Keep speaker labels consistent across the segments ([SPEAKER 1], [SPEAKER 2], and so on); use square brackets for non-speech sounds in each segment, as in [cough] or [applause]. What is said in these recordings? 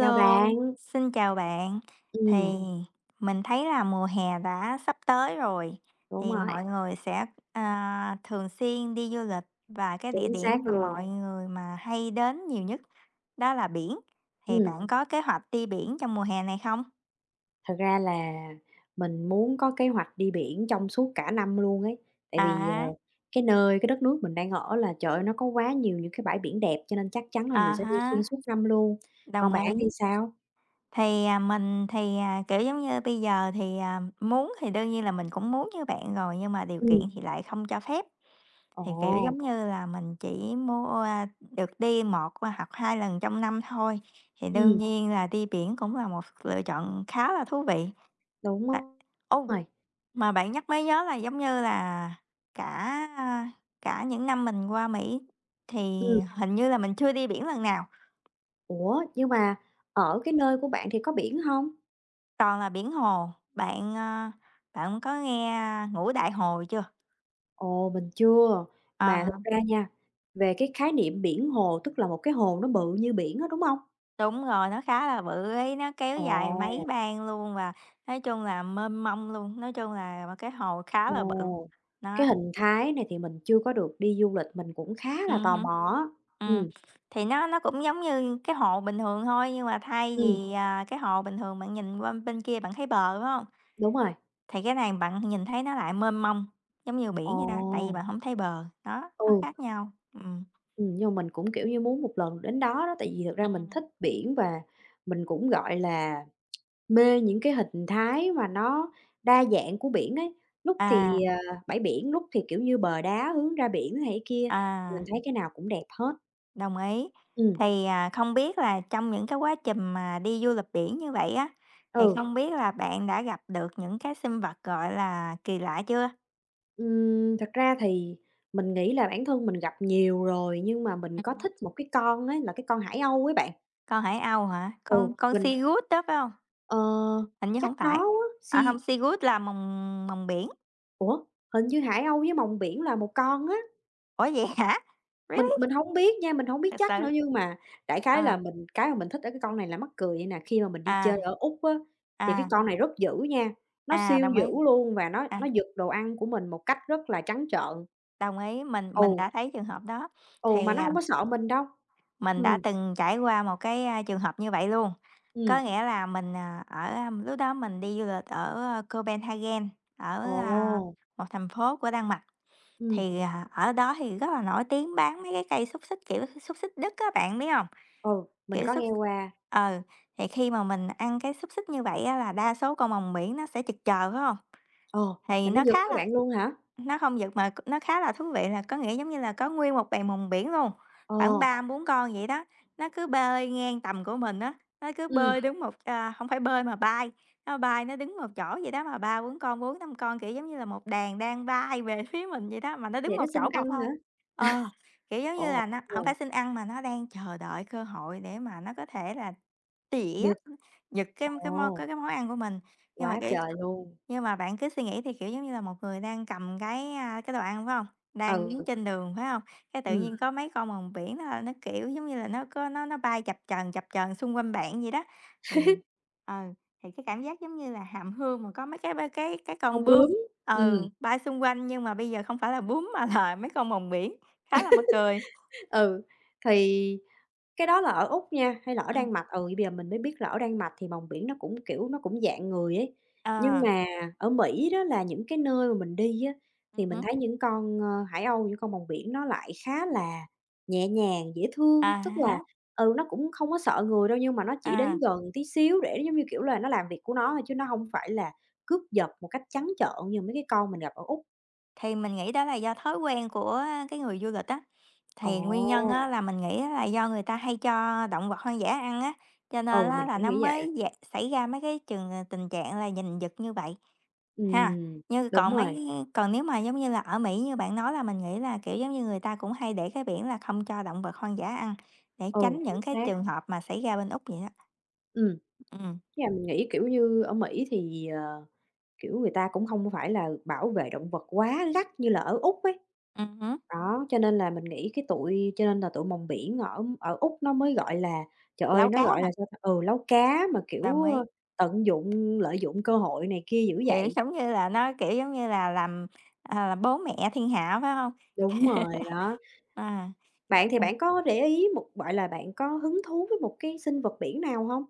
[SPEAKER 1] Chào bạn,
[SPEAKER 2] xin chào bạn. Thì
[SPEAKER 1] ừm,
[SPEAKER 2] mình thấy là mùa hè đã sắp tới rồi,
[SPEAKER 1] đúng
[SPEAKER 2] thì
[SPEAKER 1] rồi,
[SPEAKER 2] mọi người sẽ, à, thường xuyên đi du lịch và cái địa
[SPEAKER 1] chính
[SPEAKER 2] điểm
[SPEAKER 1] xác
[SPEAKER 2] mà
[SPEAKER 1] luôn.
[SPEAKER 2] mọi người mà hay đến nhiều nhất đó là biển. Thì
[SPEAKER 1] Ừm,
[SPEAKER 2] bạn có kế hoạch đi biển trong mùa hè này không?
[SPEAKER 1] Thật ra là mình muốn có kế hoạch đi biển trong suốt cả năm luôn ấy, tại vì,
[SPEAKER 2] À,
[SPEAKER 1] cái nơi, cái đất nước mình đang ở là, trời ơi, nó có quá nhiều những cái bãi biển đẹp cho nên chắc chắn là
[SPEAKER 2] à
[SPEAKER 1] mình sẽ đi
[SPEAKER 2] há,
[SPEAKER 1] xuyên suốt năm luôn.
[SPEAKER 2] đồng
[SPEAKER 1] Còn bạn
[SPEAKER 2] ý.
[SPEAKER 1] thì sao?
[SPEAKER 2] Thì, à, mình thì, à, kiểu, giống như bây giờ thì, à, muốn thì đương nhiên là mình cũng muốn như bạn rồi, nhưng mà điều kiện
[SPEAKER 1] Ừm,
[SPEAKER 2] thì lại không cho phép.
[SPEAKER 1] ồ,
[SPEAKER 2] Thì, kiểu, giống như là, mình chỉ mua a, được đi một hoặc 2 lần trong năm thôi, thì đương
[SPEAKER 1] ừm,
[SPEAKER 2] nhiên là đi biển cũng là một lựa chọn khá là thú vị.
[SPEAKER 1] đúng
[SPEAKER 2] Tại ô,
[SPEAKER 1] rồi.
[SPEAKER 2] mà bạn nhắc mới nhớ là, giống như là, cả, à, cả những năm mình qua Mỹ thì
[SPEAKER 1] Ừm,
[SPEAKER 2] hình như là mình chưa đi biển lần nào.
[SPEAKER 1] Ủa, nhưng mà ở cái nơi của bạn thì có biển hông?
[SPEAKER 2] Toàn là biển hồ, bạn, ơ, bạn có nghe Ngũ Đại Hồ chưa?
[SPEAKER 1] Ồ, mình chưa. Mà
[SPEAKER 2] Ờ,
[SPEAKER 1] thực ra nha, về cái khái niệm biển hồ, tức là một cái hồ nó bự như biển á, đúng hông?
[SPEAKER 2] đúng rồi, nó khá là bự ấy, nó kéo dài mấy
[SPEAKER 1] Ồ,
[SPEAKER 2] bang luôn và nói chung là mênh mông luôn, nói chung là một cái hồ khá là bự.
[SPEAKER 1] ồ, cái
[SPEAKER 2] Đó,
[SPEAKER 1] hình thái này thì mình chưa có được đi du lịch, mình cũng khá là tò
[SPEAKER 2] hứm.
[SPEAKER 1] mò á.
[SPEAKER 2] Ừm,
[SPEAKER 1] Ừm,
[SPEAKER 2] thì nó cũng giống như cái hồ bình thường thôi, nhưng mà thay
[SPEAKER 1] ừm,
[SPEAKER 2] vì, à, cái hồ bình thường bạn nhìn qua bên kia bạn thấy bờ, phải hông?
[SPEAKER 1] đúng rồi.
[SPEAKER 2] Thì cái này bạn nhìn thấy nó lại mênh mông, giống như biển
[SPEAKER 1] Ồ,
[SPEAKER 2] vậy đó, tại vì bạn không thấy bờ, đó, nó
[SPEAKER 1] ừ,
[SPEAKER 2] khác nhau. Ừm.
[SPEAKER 1] nhưng mà mình cũng, kiểu như, muốn một lần đến đó đó, tại vì thực ra mình
[SPEAKER 2] Ừm.
[SPEAKER 1] thích biển và mình cũng, gọi là mê những cái hình thái mà nó đa dạng của biển ấy, lúc
[SPEAKER 2] À.
[SPEAKER 1] thì, bãi biển, lúc thì, kiểu như, bờ đá hướng ra biển này cái kia, mình
[SPEAKER 2] À,
[SPEAKER 1] thấy cái nào cũng đẹp hết.
[SPEAKER 2] đồng ý.
[SPEAKER 1] Ừm,
[SPEAKER 2] Thì, à, không biết là trong những cái quá trình mà đi du lịch biển như vậy á, thì
[SPEAKER 1] ừ,
[SPEAKER 2] không biết là bạn đã gặp được những cái sinh vật, gọi là, kỳ lạ chưa?
[SPEAKER 1] thật ra thì mình nghĩ là bản thân mình gặp nhiều rồi, nhưng mà mình có
[SPEAKER 2] Ừm.
[SPEAKER 1] thích một cái con ấy, là cái con Hải Âu ấy bạn.
[SPEAKER 2] Con hải âu hả?
[SPEAKER 1] Ừ,
[SPEAKER 2] Con
[SPEAKER 1] mình
[SPEAKER 2] sea goat đó phải không?
[SPEAKER 1] ờ,
[SPEAKER 2] Hình như
[SPEAKER 1] chắc
[SPEAKER 2] không
[SPEAKER 1] nó
[SPEAKER 2] phải.
[SPEAKER 1] á,
[SPEAKER 2] À, không, sea goat là mòng mòng biển.
[SPEAKER 1] ủa, hình như Hải Âu với Rồng Biển là một con á.
[SPEAKER 2] Ủa, vậy hả?
[SPEAKER 1] Mình
[SPEAKER 2] Really?
[SPEAKER 1] mình hổng biết nha, mình hổng biết
[SPEAKER 2] Thật
[SPEAKER 1] chắc nữa
[SPEAKER 2] sự?
[SPEAKER 1] nhưng mà đại khái là
[SPEAKER 2] à
[SPEAKER 1] mình cái mà mình thích ở cái con này là mắc cười vậy nè, khi mà mình đi
[SPEAKER 2] à.
[SPEAKER 1] chơi ở Úc á, thì cái
[SPEAKER 2] À,
[SPEAKER 1] con này rất dữ nha, nó
[SPEAKER 2] à,
[SPEAKER 1] siêu
[SPEAKER 2] đồng ý.
[SPEAKER 1] dữ luôn và nó
[SPEAKER 2] À,
[SPEAKER 1] nó giật đồ ăn của mình một cách rất là trắng trợn.
[SPEAKER 2] đồng ý, mình
[SPEAKER 1] Ừ,
[SPEAKER 2] mình đã thấy trường hợp đó.
[SPEAKER 1] ừ, mà
[SPEAKER 2] Thì,
[SPEAKER 1] nó
[SPEAKER 2] à,
[SPEAKER 1] hông có sợ mình đâu.
[SPEAKER 2] mình đã
[SPEAKER 1] Ừm,
[SPEAKER 2] từng trải qua một cái, a, trường hợp như vậy luôn. Có
[SPEAKER 1] ừm,
[SPEAKER 2] nghĩa là mình, à, ở, a, lúc đó mình đi du lịch ở, a, Copenhagen, ở,
[SPEAKER 1] ồ,
[SPEAKER 2] a, một thành phố của Đan Mạch,
[SPEAKER 1] ừm,
[SPEAKER 2] thì, à, ở đó thì rất là nổi tiếng bán mấy cái cây xúc xích, kiểu, xúc xích Đức á, bạn biết không?
[SPEAKER 1] ừ, mình
[SPEAKER 2] Kiểu,
[SPEAKER 1] có
[SPEAKER 2] xúc
[SPEAKER 1] nghe
[SPEAKER 2] xích,
[SPEAKER 1] qua.
[SPEAKER 2] ừ, thì khi mà mình ăn cái xúc xích như vậy á là đa số con mòng biển nó sẽ chực chờ phải không?
[SPEAKER 1] Ờ,
[SPEAKER 2] Thì
[SPEAKER 1] là nó
[SPEAKER 2] nó
[SPEAKER 1] giật
[SPEAKER 2] khá
[SPEAKER 1] của
[SPEAKER 2] là,
[SPEAKER 1] bạn luôn hả?
[SPEAKER 2] nó không giật mà nó khá là thú vị, là có nghĩa, giống như là, có nguyên một bầy mùng biển luôn,
[SPEAKER 1] Ờ,
[SPEAKER 2] khoảng ba bốn con vậy đó. Nó cứ bơi ngang tầm của mình á, nó cứ
[SPEAKER 1] ừm,
[SPEAKER 2] bơi đứng một, à, hông phải bơi mà bay nó đứng một chỗ vậy đó, mà ba bốn con, bốn năm con, kiểu, giống như là, một đàn đang bay về [laughs] phía mình vậy đó, mà nó đứng
[SPEAKER 1] vậy nó
[SPEAKER 2] một
[SPEAKER 1] xin
[SPEAKER 2] chỗ một
[SPEAKER 1] ăn
[SPEAKER 2] thôi.
[SPEAKER 1] hả?
[SPEAKER 2] Ờ, kiểu, giống như
[SPEAKER 1] Ồ,
[SPEAKER 2] là, nó không
[SPEAKER 1] ồ,
[SPEAKER 2] phải xin ăn mà nó đang chờ đợi cơ hội để mà nó có thể là tỉa,
[SPEAKER 1] giật,
[SPEAKER 2] giật cái cái món
[SPEAKER 1] ồ,
[SPEAKER 2] cái cái món ăn của mình, nhưng mà,
[SPEAKER 1] quá
[SPEAKER 2] cái
[SPEAKER 1] trời luôn.
[SPEAKER 2] nhưng mà bạn cứ suy nghĩ thì, kiểu, giống như là một người đang cầm cái, a, cái đồ ăn, phải hông? Đang
[SPEAKER 1] Ừ,
[SPEAKER 2] đứng trên đường, phải hông? Cái tự
[SPEAKER 1] ừm,
[SPEAKER 2] nhiên có mấy con mòng biển nó, kiểu, giống như là, nó có nó bay chập chờn xung quanh bạn vậy đó, thì, ừ, thì cái cảm giác giống như là hàm hương mà có mấy cái ba cái con
[SPEAKER 1] con
[SPEAKER 2] bướm,
[SPEAKER 1] bướm, ừm.
[SPEAKER 2] ừ, bay xung quanh nhưng mà bây giờ không phải là bướm mà là mấy con mòng biển, khá là mắc cười.
[SPEAKER 1] Ừ, thì cái đó là ở Úc nha, hay là ở
[SPEAKER 2] Ừm,
[SPEAKER 1] Đan Mạch, ừ, bây giờ mình mới biết là ở Đan Mạch thì mòng biển nó cũng, kiểu, nó cũng dạng người ấy. Nhưng
[SPEAKER 2] ờ,
[SPEAKER 1] mà ở Mỹ đó là những cái nơi mà mình đi á, thì
[SPEAKER 2] ừm
[SPEAKER 1] mình
[SPEAKER 2] hứm,
[SPEAKER 1] thấy những con, ơ, hải âu, những con mòng biển nó lại khá là nhẹ nhàng, dễ
[SPEAKER 2] à
[SPEAKER 1] thương. Tức là,
[SPEAKER 2] há,
[SPEAKER 1] ừ, nó cũng không có sợ người đâu, nhưng mà nó chỉ đến
[SPEAKER 2] à.
[SPEAKER 1] gần tí xíu để giống như, kiểu là, nó làm việc của nó thôi chứ nó không phải là cướp giật một cách trắng trợn như mấy cái con mình gặp ở Úc.
[SPEAKER 2] Thì mình nghĩ đó là do thói quen của cái người du lịch á.
[SPEAKER 1] Ồ,
[SPEAKER 2] Thì nguyên nhân á là mình nghĩ á là do người ta hay cho động vật hoang dã ăn á, cho nên
[SPEAKER 1] ừ,
[SPEAKER 2] á
[SPEAKER 1] mình
[SPEAKER 2] là
[SPEAKER 1] cũng
[SPEAKER 2] nó
[SPEAKER 1] nghĩ vậy.
[SPEAKER 2] mới xảy ra mấy cái tình trạng là nhìn giật như vậy ha.
[SPEAKER 1] Ừm,
[SPEAKER 2] Như
[SPEAKER 1] đúng
[SPEAKER 2] còn
[SPEAKER 1] rồi.
[SPEAKER 2] mấy Còn nếu mà giống như là ở Mỹ như bạn nói là mình nghĩ là, kiểu, giống như người ta cũng hay để cái biển là không cho động vật hoang dã ăn, để
[SPEAKER 1] Ừ,
[SPEAKER 2] tránh những
[SPEAKER 1] chính
[SPEAKER 2] cái
[SPEAKER 1] xác.
[SPEAKER 2] trường hợp mà xảy ra bên Úc vậy đó.
[SPEAKER 1] Ừm,
[SPEAKER 2] Ừm,
[SPEAKER 1] với lại mình nghĩ, kiểu như, ở Mỹ thì, kiểu, người ta cũng không phải là bảo vệ động vật quá gắt như là ở Úc ấy.
[SPEAKER 2] hứm,
[SPEAKER 1] Đó, cho nên là mình nghĩ cái tụi cho nên là tụi mòng Biển ở ở Úc nó mới, gọi là, trời ơi,
[SPEAKER 2] lấu
[SPEAKER 1] nó,
[SPEAKER 2] cá
[SPEAKER 1] gọi
[SPEAKER 2] nè,
[SPEAKER 1] là, sao ta, ừ, láu cá mà,
[SPEAKER 2] đồng
[SPEAKER 1] kiểu,
[SPEAKER 2] ý.
[SPEAKER 1] ơ, tận dụng, lợi dụng cơ hội này kia dữ
[SPEAKER 2] Hiểu,
[SPEAKER 1] vậy.
[SPEAKER 2] giống như là, nó, kiểu, giống như là, làm, ờ, bố mẹ thiên hạ, phải hông?
[SPEAKER 1] Đúng rồi, đó.
[SPEAKER 2] À,
[SPEAKER 1] Bạn thì
[SPEAKER 2] ừm.
[SPEAKER 1] bạn có để ý một gọi là, Bạn có hứng thú với một cái sinh vật biển nào không?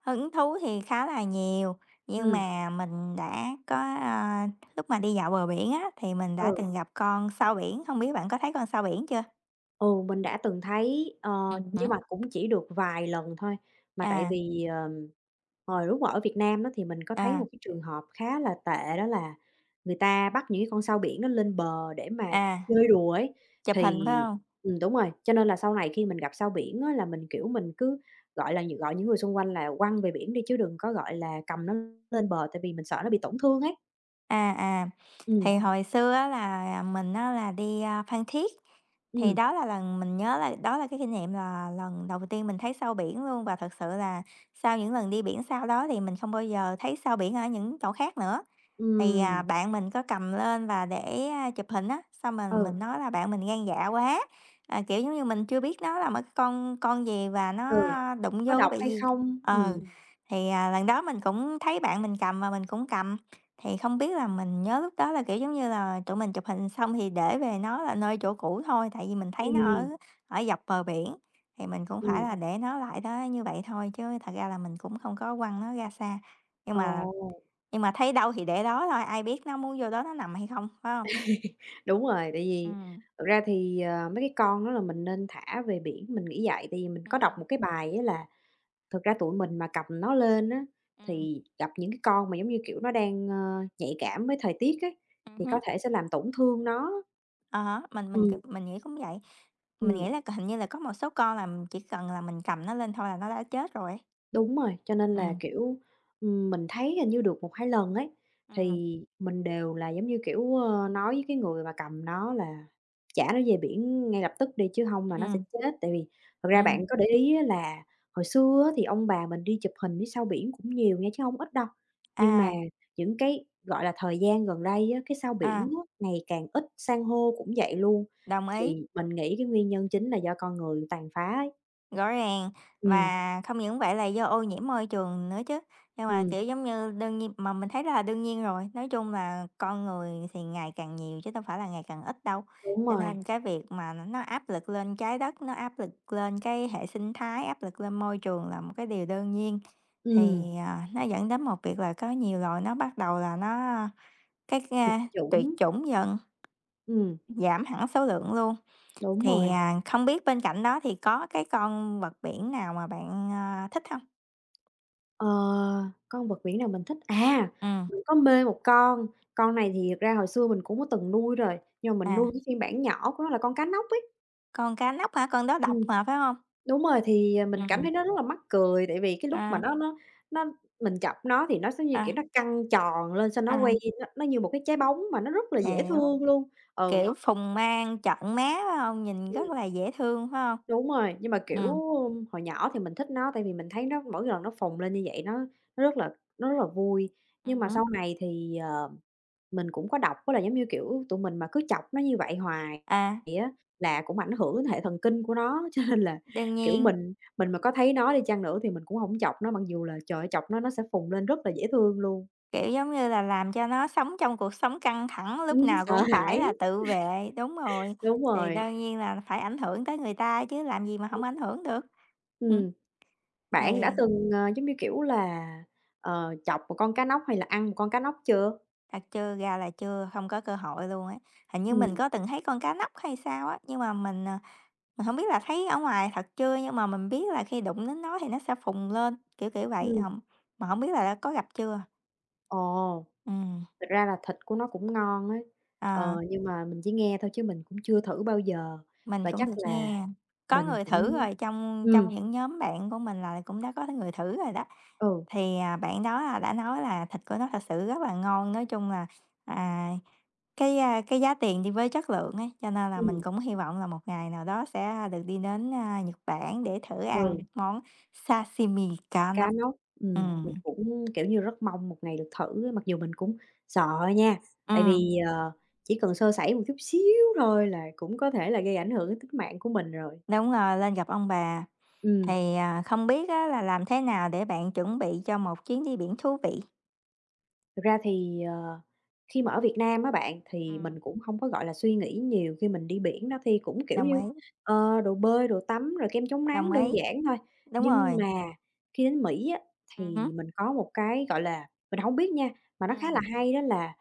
[SPEAKER 2] Hứng thú thì khá là nhiều, nhưng
[SPEAKER 1] Ừm,
[SPEAKER 2] mà mình đã có, a, lúc mà đi dạo bờ biển á, thì mình đã
[SPEAKER 1] ừ.
[SPEAKER 2] từng gặp con sao biển, hông biết bạn có thấy con sao biển chưa?
[SPEAKER 1] Ừ, mình đã từng thấy, nhưng
[SPEAKER 2] Hứm.
[SPEAKER 1] mà cũng chỉ được vài lần thôi. Mà tại
[SPEAKER 2] À,
[SPEAKER 1] vì, hồi lúc mà ở Việt Nam á, thì mình có thấy
[SPEAKER 2] à,
[SPEAKER 1] một cái trường hợp khá là tệ đó là người ta bắt những cái con sao biển nó lên bờ để mà
[SPEAKER 2] à,
[SPEAKER 1] chơi đùa ấy,
[SPEAKER 2] chụp hình phải
[SPEAKER 1] thì
[SPEAKER 2] hông?
[SPEAKER 1] đúng rồi, cho nên là sau này khi mình gặp sao biển á, là mình, kiểu, mình cứ, gọi là, những người xung quanh là quăng về biển đi chứ đừng có, gọi là, cầm nó lên bờ tại vì mình sợ nó bị tổn thương ấy.
[SPEAKER 2] À, à,
[SPEAKER 1] Ừ,
[SPEAKER 2] thì hồi xưa á là, à, mình á là đi, a, Phan Thiết, thì
[SPEAKER 1] ừ,
[SPEAKER 2] đó là lần mình nhớ là đó là cái kinh nghiệm là lần đầu tiên mình thấy sâu biển luôn và thật sự là sau những lần đi biển sau đó thì mình không bao giờ thấy sâu biển ở những chỗ khác nữa. Thì, à,
[SPEAKER 1] ừm,
[SPEAKER 2] bạn mình có cầm lên và để, a, chụp hình á, xong mình
[SPEAKER 1] ừ,
[SPEAKER 2] mình nói là "Bạn mình gan dạ quá", à, kiểu, giống như mình chưa biết nó là một cái con gì và nó,
[SPEAKER 1] ừ,
[SPEAKER 2] à, đụng
[SPEAKER 1] có
[SPEAKER 2] vô có
[SPEAKER 1] độc
[SPEAKER 2] bị
[SPEAKER 1] hay
[SPEAKER 2] gì.
[SPEAKER 1] không?
[SPEAKER 2] Ờ,
[SPEAKER 1] Ừ,
[SPEAKER 2] ừm, thì, à, lần đó mình cũng thấy bạn mình cầm và mình cũng cầm, thì không biết là mình nhớ lúc đó là, kiểu, giống như là, tụi mình chụp hình xong thì để về nó là nơi chỗ cũ thôi, tại vì mình thấy nó ở
[SPEAKER 1] ừ,
[SPEAKER 2] ở dọc bờ biển, thì mình cũng phải
[SPEAKER 1] ừm.
[SPEAKER 2] là để nó lại đó như vậy thôi, chứ thật ra là mình cũng không có quăng nó ra xa. Nhưng mà, à.
[SPEAKER 1] Ồ,
[SPEAKER 2] Nhưng mà thấy đâu thì để đó thôi, ai biết nó muốn vô đó nó nằm hay không, phải không?
[SPEAKER 1] đúng rồi, tại vì
[SPEAKER 2] Ừm,
[SPEAKER 1] thực ra thì, mấy cái con đó là mình nên thả về biển, mình nghĩ vậy. Tại vì mình có đọc
[SPEAKER 2] ừm,
[SPEAKER 1] một cái bài á là thực ra tụi mình mà cầm nó lên á,
[SPEAKER 2] ừm,
[SPEAKER 1] thì gặp những cái con mà, giống như kiểu, nó đang, nhạy cảm với thời tiết ấy, thì có
[SPEAKER 2] hứm.
[SPEAKER 1] thể sẽ làm tổn thương nó.
[SPEAKER 2] À há, mình
[SPEAKER 1] Ừ,
[SPEAKER 2] mình c mình nghĩ cũng vậy. Mình
[SPEAKER 1] ừ.
[SPEAKER 2] nghĩ là hình như là có một số con là mình chỉ cần là mình cầm nó lên thôi là nó đã chết rồi ấy.
[SPEAKER 1] Đúng rồi, cho nên là,
[SPEAKER 2] Ừm,
[SPEAKER 1] kiểu, mình thấy hình như được một hai lần ấy,
[SPEAKER 2] ừm,
[SPEAKER 1] thì mình đều là, giống như kiểu, nói với cái người mà cầm nó là "Trả nó về biển ngay lập tức đi chứ không là nó sẽ
[SPEAKER 2] ừm,
[SPEAKER 1] chết." Tại vì thật ra
[SPEAKER 2] ừm.
[SPEAKER 1] bạn có để ý á là hồi xưa á thì ông bà mình đi chụp hình phía sau biển cũng nhiều nha chứ không ít đâu, nhưng mà
[SPEAKER 2] À,
[SPEAKER 1] những cái, gọi là, thời gian gần đây á, cái sao
[SPEAKER 2] à,
[SPEAKER 1] biển á ngày càng ít, san hô cũng vậy luôn,
[SPEAKER 2] đồng ý.
[SPEAKER 1] thì mình nghĩ cái nguyên nhân chính là do con người tàn phá ấy.
[SPEAKER 2] Rõ ràng,
[SPEAKER 1] Ừm,
[SPEAKER 2] và không những vậy là do ô nhiễm môi trường nữa chứ. Nhưng mà,
[SPEAKER 1] ừm,
[SPEAKER 2] kiểu, giống như, đương nhiên mà mình thấy là đương nhiên rồi, nói chung là con người thì ngày càng nhiều chứ đâu phải là ngày càng ít đâu.
[SPEAKER 1] đúng
[SPEAKER 2] Cho
[SPEAKER 1] rồi,
[SPEAKER 2] nên cái việc mà nó áp lực lên trái đất, nó áp lực lên cái hệ sinh thái, áp lực lên môi trường là một cái điều đương nhiên.
[SPEAKER 1] ừm.
[SPEAKER 2] Thì, à, nó dẫn đến một việc là có nhiều loài nó bắt đầu là nó cái,
[SPEAKER 1] Tiệt
[SPEAKER 2] a, tuyệt
[SPEAKER 1] chủng,
[SPEAKER 2] chủng dần,
[SPEAKER 1] ừm,
[SPEAKER 2] giảm hẳn số lượng luôn.
[SPEAKER 1] đúng
[SPEAKER 2] Thì,
[SPEAKER 1] rồi.
[SPEAKER 2] à, không biết bên cạnh đó thì có cái con vật biển nào mà bạn, à, thích không?
[SPEAKER 1] Ờ, con vật biển nào mình thích? À,
[SPEAKER 2] Ừ,
[SPEAKER 1] mình có mê một con này thì thật ra hồi xưa mình cũng có từng nuôi rồi, nhưng mà mình nuôi
[SPEAKER 2] à,
[SPEAKER 1] cái phiên bản nhỏ của nó là con cá nóc ấy.
[SPEAKER 2] con cá nóc hả? Con đó độc
[SPEAKER 1] Ừm,
[SPEAKER 2] mà, phải không?
[SPEAKER 1] đúng rồi, thì, mình cảm
[SPEAKER 2] Ừ,
[SPEAKER 1] thấy nó rất là mắc cười, tại vì cái lúc mà
[SPEAKER 2] à,
[SPEAKER 1] nó mình chọc nó thì nó giống như, kiểu,
[SPEAKER 2] à,
[SPEAKER 1] nó căng tròn lên, xong nó
[SPEAKER 2] à,
[SPEAKER 1] quay, nó như một cái trái bóng mà nó rất là dễ
[SPEAKER 2] hiểu,
[SPEAKER 1] thương luôn. Ừ.
[SPEAKER 2] kiểu, phùng mang trợn má, phải không? Nhìn rất là dễ thương, phải không?
[SPEAKER 1] Đúng rồi, nhưng mà, kiểu,
[SPEAKER 2] Ừ,
[SPEAKER 1] hồi nhỏ thì mình thích nó tại vì mình thấy nó mỗi lần nó phồng lên như vậy nó rất là vui. Nhưng mà
[SPEAKER 2] ừm,
[SPEAKER 1] sau này thì, mình cũng có đọc á là, giống như kiểu, tụi mình mà cứ chọc nó như vậy hoài
[SPEAKER 2] à,
[SPEAKER 1] vậy á là cũng ảnh hưởng đến hệ thần kinh của nó, [laughs] cho nên là,
[SPEAKER 2] đương
[SPEAKER 1] kiểu,
[SPEAKER 2] nhiên,
[SPEAKER 1] mình mà có thấy nó đi chăng nữa thì mình cũng không chọc nó, mặc dù là, trời ơi, chọc nó sẽ phồng lên rất là dễ thương luôn.
[SPEAKER 2] kiểu, giống như là, làm cho nó sống trong cuộc sống căng thẳng, lúc nào
[SPEAKER 1] [laughs] Sợ
[SPEAKER 2] cũng phải
[SPEAKER 1] hãi,
[SPEAKER 2] là tự vệ, đúng rồi,
[SPEAKER 1] đúng
[SPEAKER 2] thì
[SPEAKER 1] rồi.
[SPEAKER 2] đương nhiên là phải ảnh hưởng tới người ta chứ làm gì mà không ảnh hưởng được. Ừm,
[SPEAKER 1] Ừ.
[SPEAKER 2] thì
[SPEAKER 1] Bạn đã từng, giống như kiểu là, chọc một con cá nóc hay là ăn một con cá nóc chưa?
[SPEAKER 2] thật chưa ra là chưa, không có cơ hội luôn ấy. Hình như
[SPEAKER 1] Ừm,
[SPEAKER 2] mình có từng thấy con cá nóc hay sao á, nhưng mà mình, ờ, mình không biết là thấy ở ngoài thật chưa, nhưng mà mình biết là khi đụng đến nó thì nó sẽ phùng lên, kiểu, kiểu vậy,
[SPEAKER 1] ừm,
[SPEAKER 2] không mà không biết là đã có gặp chưa?
[SPEAKER 1] ồ,
[SPEAKER 2] Ừm,
[SPEAKER 1] thực ra là thịt của nó cũng ngon ấy,
[SPEAKER 2] ờ,
[SPEAKER 1] nhưng mà mình chỉ nghe thôi chứ mình cũng chưa thử bao giờ
[SPEAKER 2] mình
[SPEAKER 1] và
[SPEAKER 2] cũng
[SPEAKER 1] chắc
[SPEAKER 2] được
[SPEAKER 1] là
[SPEAKER 2] nghe có
[SPEAKER 1] mình
[SPEAKER 2] người thử
[SPEAKER 1] cũng
[SPEAKER 2] rồi, trong trong
[SPEAKER 1] ừm,
[SPEAKER 2] những nhóm bạn của mình là cũng đã có người thử rồi đó.
[SPEAKER 1] ừ,
[SPEAKER 2] Thì, à, bạn đó, à, đã nói là thịt của nó thật sự rất là ngon, nói chung là, à, cái, a, cái giá tiền đi với chất lượng ấy, cho nên là mình
[SPEAKER 1] ừm,
[SPEAKER 2] cũng hy vọng là một ngày nào đó sẽ được đi đến, a, Nhật Bản để thử
[SPEAKER 1] ừ,
[SPEAKER 2] ăn món sashimi cá
[SPEAKER 1] cá
[SPEAKER 2] nóc.
[SPEAKER 1] nóc, mình
[SPEAKER 2] Ừm,
[SPEAKER 1] cũng, kiểu như, rất mong một ngày được thử á, mặc dù mình cũng sợ nha, tại
[SPEAKER 2] ừm,
[SPEAKER 1] vì, chỉ cần sơ sẩy một chút xíu thôi là cũng có thể là gây ảnh hưởng đến tính mạng của mình rồi.
[SPEAKER 2] đúng rồi, lên gặp ông bà.
[SPEAKER 1] Ừm.
[SPEAKER 2] Thì, à, không biết á là làm thế nào để bạn chuẩn bị cho một chuyến đi biển thú vị?
[SPEAKER 1] Thực ra thì, khi mà ở Việt Nam á bạn, thì
[SPEAKER 2] Ừm.
[SPEAKER 1] mình cũng không có, gọi là, suy nghĩ nhiều khi mình đi biển đó, thì cũng, kiểu
[SPEAKER 2] Đồng ý,
[SPEAKER 1] như, đồ bơi, đồ tắm, rồi kem chống
[SPEAKER 2] đồng
[SPEAKER 1] nắng đơn
[SPEAKER 2] ý,
[SPEAKER 1] giản thôi.
[SPEAKER 2] đúng
[SPEAKER 1] Nhưng
[SPEAKER 2] rồi.
[SPEAKER 1] mà khi đến Mỹ á,
[SPEAKER 2] Hứm.
[SPEAKER 1] thì mình có một cái, gọi là mình không biết nha, mà nó
[SPEAKER 2] Hứm,
[SPEAKER 1] khá
[SPEAKER 2] ừm.
[SPEAKER 1] là hay đó là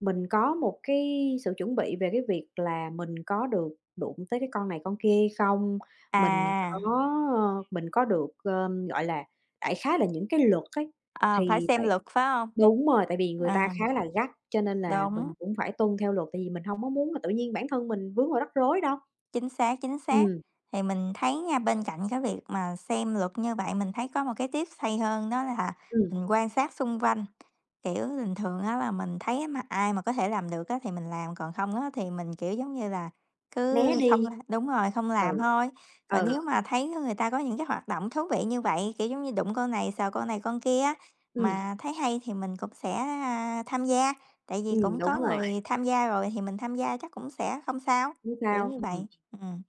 [SPEAKER 1] mình có một cái sự chuẩn bị về cái việc là mình có được đụng tới cái con này con kia hay không, mình có,
[SPEAKER 2] À,
[SPEAKER 1] mình có được, gọi là, đại khái là những cái luật ấy.
[SPEAKER 2] ờ, phải
[SPEAKER 1] Thì
[SPEAKER 2] xem
[SPEAKER 1] tại
[SPEAKER 2] luật phải không?
[SPEAKER 1] Đúng rồi, tại vì người
[SPEAKER 2] Ờ.
[SPEAKER 1] ta khá là gắt, cho nên là
[SPEAKER 2] Đúng,
[SPEAKER 1] mình cũng phải tuân theo luật, tại vì mình hông có muốn là tự nhiên bản thân mình vướng vào rắc rối đâu.
[SPEAKER 2] chính xác, chính xác.
[SPEAKER 1] Ừm,
[SPEAKER 2] Thì mình thấy nha, bên cạnh cái việc mà xem luật như vậy, mình thấy có một cái tips hay hơn đó là
[SPEAKER 1] ừm,
[SPEAKER 2] mình quan sát xung quanh. Kiểu, bình thường á là mình thấy á mà ai mà có thể làm được á thì mình làm, còn không á thì mình, kiểu, giống như là cứ
[SPEAKER 1] né
[SPEAKER 2] né không
[SPEAKER 1] đi.
[SPEAKER 2] la đúng rồi, không làm
[SPEAKER 1] Ừ,
[SPEAKER 2] thôi. Còn
[SPEAKER 1] ừ,
[SPEAKER 2] nếu mà thấy người ta có những cái hoạt động thú vị như vậy, kiểu, giống như đụng con này, sờ con này con kia á,
[SPEAKER 1] ừm,
[SPEAKER 2] mà thấy hay thì mình cũng sẽ, tham gia, tại vì cũng có
[SPEAKER 1] đúng rồi,
[SPEAKER 2] người tham gia rồi thì mình tham gia chắc cũng sẽ không sao,
[SPEAKER 1] hông
[SPEAKER 2] kiểu
[SPEAKER 1] sao,
[SPEAKER 2] như
[SPEAKER 1] ừm.
[SPEAKER 2] vậy. Ừm.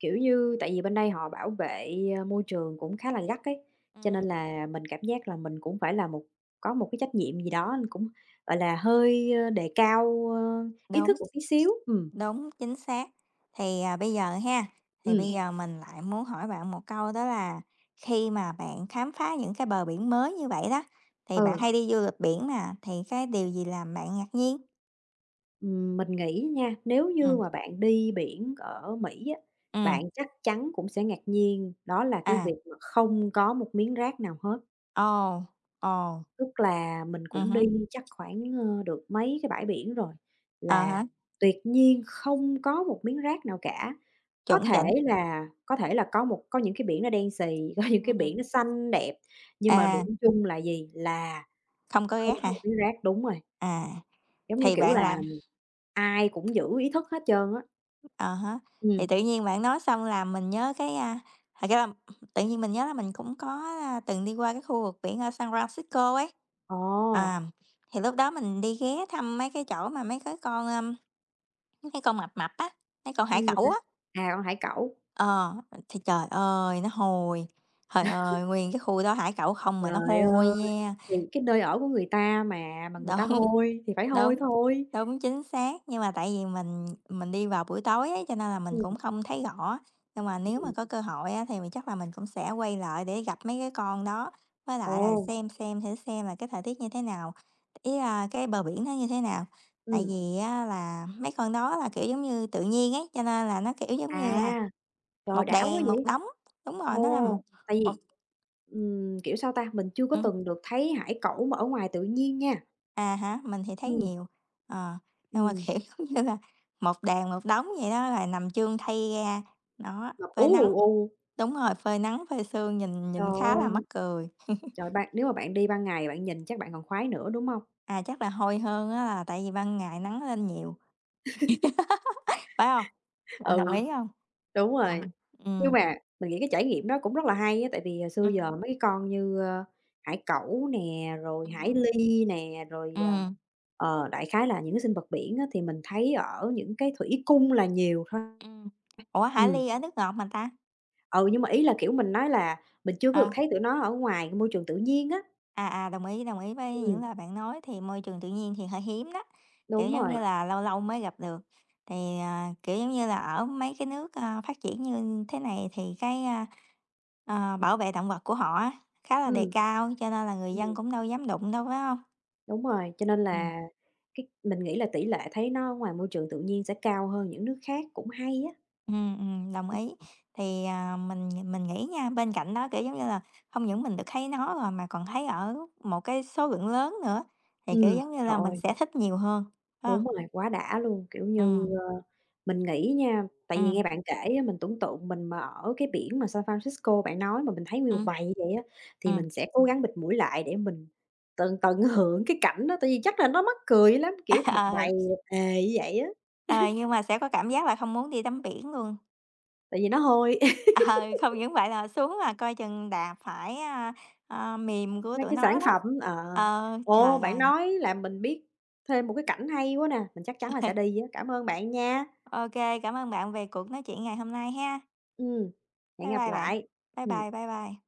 [SPEAKER 1] Kiểu như, tại vì bên đây họ bảo vệ, môi trường cũng khá là gắt ấy, cho
[SPEAKER 2] Ừm.
[SPEAKER 1] nên là mình cảm giác là mình cũng phải là có một cái trách nhiệm gì đó, cũng, gọi là, hơi, đề cao, ý
[SPEAKER 2] Đúng,
[SPEAKER 1] thức một tí xíu.
[SPEAKER 2] đúng, chính xác. Thì, bây giờ ha, thì
[SPEAKER 1] Ừm,
[SPEAKER 2] bây giờ mình lại muốn hỏi bạn một câu đó là khi mà bạn khám phá những cái bờ biển mới như vậy đó, thì bạn ờ
[SPEAKER 1] ừ.
[SPEAKER 2] hay đi du lịch biển mà, thì cái điều gì làm bạn ngạc nhiên?
[SPEAKER 1] Mình nghĩ nha, nếu như
[SPEAKER 2] Ừm,
[SPEAKER 1] mà bạn đi biển ở Mỹ á,
[SPEAKER 2] ừm,
[SPEAKER 1] bạn chắc chắn cũng sẽ ngạc nhiên, đó là cái
[SPEAKER 2] à,
[SPEAKER 1] việc mà không có một miếng rác nào hết.
[SPEAKER 2] ồ, ồ,
[SPEAKER 1] Tức là mình
[SPEAKER 2] ừ
[SPEAKER 1] cũng
[SPEAKER 2] hứm,
[SPEAKER 1] đi chắc khoảng, được mấy cái bãi biển rồi, là
[SPEAKER 2] à há,
[SPEAKER 1] tuyệt nhiên không có một miếng rác nào cả. Có
[SPEAKER 2] chuẩn
[SPEAKER 1] thể
[SPEAKER 2] chỉnh.
[SPEAKER 1] có thể là có những cái biển nó đen xì, [laughs] có những cái
[SPEAKER 2] Ừm.
[SPEAKER 1] biển nó xanh đẹp, nhưng mà điểm
[SPEAKER 2] À,
[SPEAKER 1] chung là gì? Là
[SPEAKER 2] không có ghét
[SPEAKER 1] không có
[SPEAKER 2] hả?
[SPEAKER 1] một miếng rác, đúng rồi.
[SPEAKER 2] À,
[SPEAKER 1] Giống như,
[SPEAKER 2] thì
[SPEAKER 1] kiểu
[SPEAKER 2] bạn
[SPEAKER 1] là,
[SPEAKER 2] làm
[SPEAKER 1] ai cũng giữ ý thức hết trơn á.
[SPEAKER 2] ờ hả thì
[SPEAKER 1] Ừm,
[SPEAKER 2] tự nhiên bạn nói xong làm mình nhớ cái, thật ra là tự nhiên mình nhớ là mình cũng có, từng đi qua cái khu vực biển ở San Francisco ấy.
[SPEAKER 1] ồ,
[SPEAKER 2] À, thì lúc đó mình đi ghé thăm mấy cái chỗ mà mấy cái con, mấy cái con mập mập á, mấy con hải
[SPEAKER 1] con gì ta?
[SPEAKER 2] cẩu á.
[SPEAKER 1] À, con hải cẩu.
[SPEAKER 2] Ờ, thì trời ơi, nó hôi, trời ơi, nguyên cái khu đó hải cẩu không mà nó
[SPEAKER 1] Trời
[SPEAKER 2] hôi
[SPEAKER 1] ơi,
[SPEAKER 2] nha,
[SPEAKER 1] thì cái nơi ở của người ta mà người ta
[SPEAKER 2] đó.
[SPEAKER 1] hôi thì phải hôi
[SPEAKER 2] Đúng,
[SPEAKER 1] thôi.
[SPEAKER 2] đúng, chính xác, nhưng mà tại vì mình đi vào buổi tối ấy, cho nên là mình
[SPEAKER 1] Ừm,
[SPEAKER 2] cũng không thấy rõ, nhưng mà nếu mà
[SPEAKER 1] ừm,
[SPEAKER 2] có cơ hội á, thì mình chắc là mình cũng sẽ quay lại để gặp mấy cái con đó, với lại là
[SPEAKER 1] ồ,
[SPEAKER 2] xem thử xem là cái thời tiết như thế nào, ý là cái bờ biển nó như thế nào. Tại
[SPEAKER 1] ừm,
[SPEAKER 2] vì á, là mấy con đó là, kiểu, giống như tự nhiên ấy, cho nên là nó, kiểu, giống như là
[SPEAKER 1] à, trời,
[SPEAKER 2] một
[SPEAKER 1] đã quá
[SPEAKER 2] đàn một
[SPEAKER 1] vậy!
[SPEAKER 2] đống đúng rồi, nó là một
[SPEAKER 1] Ồ, tại
[SPEAKER 2] một
[SPEAKER 1] vì, kiểu, sao ta, mình chưa có
[SPEAKER 2] ừm.
[SPEAKER 1] từng được thấy hải cẩu mà ở ngoài tự nhiên nha.
[SPEAKER 2] À hả mình thì thấy
[SPEAKER 1] Ừm,
[SPEAKER 2] nhiều, ờ, nhưng mà,
[SPEAKER 1] ừm,
[SPEAKER 2] kiểu, [laughs] giống như là, một đàn một đống vậy đó, rồi nằm chương thay ra, đó,
[SPEAKER 1] mập
[SPEAKER 2] phơi
[SPEAKER 1] ú, ù,
[SPEAKER 2] nắng
[SPEAKER 1] ù.
[SPEAKER 2] đúng rồi, phơi nắng, phơi sương nhìn
[SPEAKER 1] Trời
[SPEAKER 2] nhìn khá là mắc
[SPEAKER 1] ơi,
[SPEAKER 2] cười.
[SPEAKER 1] trời, ban nếu mà bạn đi ban ngày bạn nhìn chắc bạn còn khoái nữa, đúng hông?
[SPEAKER 2] À, chắc là hôi hơn á là tại vì ban ngày nắng lên nhiều, phải không? Bạn đồng ờ
[SPEAKER 1] Ừ,
[SPEAKER 2] ý không?
[SPEAKER 1] đúng
[SPEAKER 2] Ờ,
[SPEAKER 1] rồi. Nhưng
[SPEAKER 2] ừm,
[SPEAKER 1] mà mình nghĩ cái trải nghiệm đó cũng rất là hay á, tại vì hồi xưa giờ
[SPEAKER 2] ừm,
[SPEAKER 1] mấy cái con như, hải cẩu nè, rồi hải
[SPEAKER 2] ừm,
[SPEAKER 1] ly nè, rồi,
[SPEAKER 2] ừm,
[SPEAKER 1] đại khái là những cái sinh vật biển á, thì mình thấy ở những cái thủy cung là nhiều thôi.
[SPEAKER 2] ừm. Ủa, hải
[SPEAKER 1] Ừm,
[SPEAKER 2] ly ở nước ngọt mà ta?
[SPEAKER 1] ừ, nhưng mà ý là, kiểu, mình nói là mình chưa có
[SPEAKER 2] Ờ.
[SPEAKER 1] được thấy tụi nó ở ngoài cái môi trường tự nhiên á.
[SPEAKER 2] À, à, đồng ý với những
[SPEAKER 1] Ừm,
[SPEAKER 2] lời bạn nói, thì môi trường tự nhiên thì hơi hiếm đó, kiểu, đúng
[SPEAKER 1] đúng
[SPEAKER 2] giống như rồi
[SPEAKER 1] rồi,
[SPEAKER 2] là, lâu lâu mới gặp được. Thì, kiểu, giống như là, ở mấy cái nước, phát triển như thế này thì cái, ờ, bảo vệ động vật của họ á, khá là đề
[SPEAKER 1] ừm,
[SPEAKER 2] cao, cho nên là người dân
[SPEAKER 1] ừm,
[SPEAKER 2] cũng đâu dám đụng đâu, phải không?
[SPEAKER 1] đúng rồi, cho nên
[SPEAKER 2] Ừm.
[SPEAKER 1] là cái mình nghĩ là tỷ lệ thấy nó ở ngoài môi trường tự nhiên sẽ cao hơn những nước khác cũng hay á.
[SPEAKER 2] Đồng ý. Thì, mình nghĩ nha, bên cạnh đó, kiểu, giống như là, không những mình được thấy nó rồi mà còn thấy ở một cái số lượng lớn nữa, thì, kiểu,
[SPEAKER 1] Ừm,
[SPEAKER 2] giống như là,
[SPEAKER 1] trời
[SPEAKER 2] mình
[SPEAKER 1] ơi,
[SPEAKER 2] sẽ thích nhiều hơn, phải hông? Đúng rồi.
[SPEAKER 1] đúng rồi, quá đã luôn! Kiểu như, mình nghĩ nha, tại vì nghe bạn kể á, mình tưởng tượng mình mà ở cái biển mà San Francisco bạn nói mà mình thấy nguyên một
[SPEAKER 2] Ừm.
[SPEAKER 1] bầy vậy á, thì
[SPEAKER 2] Ừm.
[SPEAKER 1] mình sẽ cố gắng bịt mũi lại để mình tận tận hưởng cái cảnh đó, tại vì chắc là nó mắc cười lắm, kiểu,
[SPEAKER 2] [laughs]
[SPEAKER 1] một
[SPEAKER 2] Ờ,
[SPEAKER 1] bầy ề như vậy á,
[SPEAKER 2] ờ, nhưng mà sẽ có cảm giác là không muốn đi tắm biển luôn.
[SPEAKER 1] tại vì nó hôi [laughs]
[SPEAKER 2] [laughs] Ờ, không những vậy là xuống là coi chừng đạp phải, mềm của
[SPEAKER 1] mấy
[SPEAKER 2] tụi
[SPEAKER 1] cái sản
[SPEAKER 2] nó đó.
[SPEAKER 1] phẩm ờ.
[SPEAKER 2] Ờ,
[SPEAKER 1] Ồ,
[SPEAKER 2] trời
[SPEAKER 1] bạn
[SPEAKER 2] ơi!
[SPEAKER 1] nói làm mình biết thêm một cái cảnh hay quá nè, mình chắc chắn là sẽ
[SPEAKER 2] [laughs]
[SPEAKER 1] đi á. Cảm ơn bạn nha.
[SPEAKER 2] Ô kê, cảm ơn bạn về cuộc nói chuyện ngày hôm nay ha.
[SPEAKER 1] Ừm, hẹn
[SPEAKER 2] Bye
[SPEAKER 1] gặp
[SPEAKER 2] bye bạn.
[SPEAKER 1] lại.
[SPEAKER 2] Bye
[SPEAKER 1] Ừm.
[SPEAKER 2] bye, bye bye.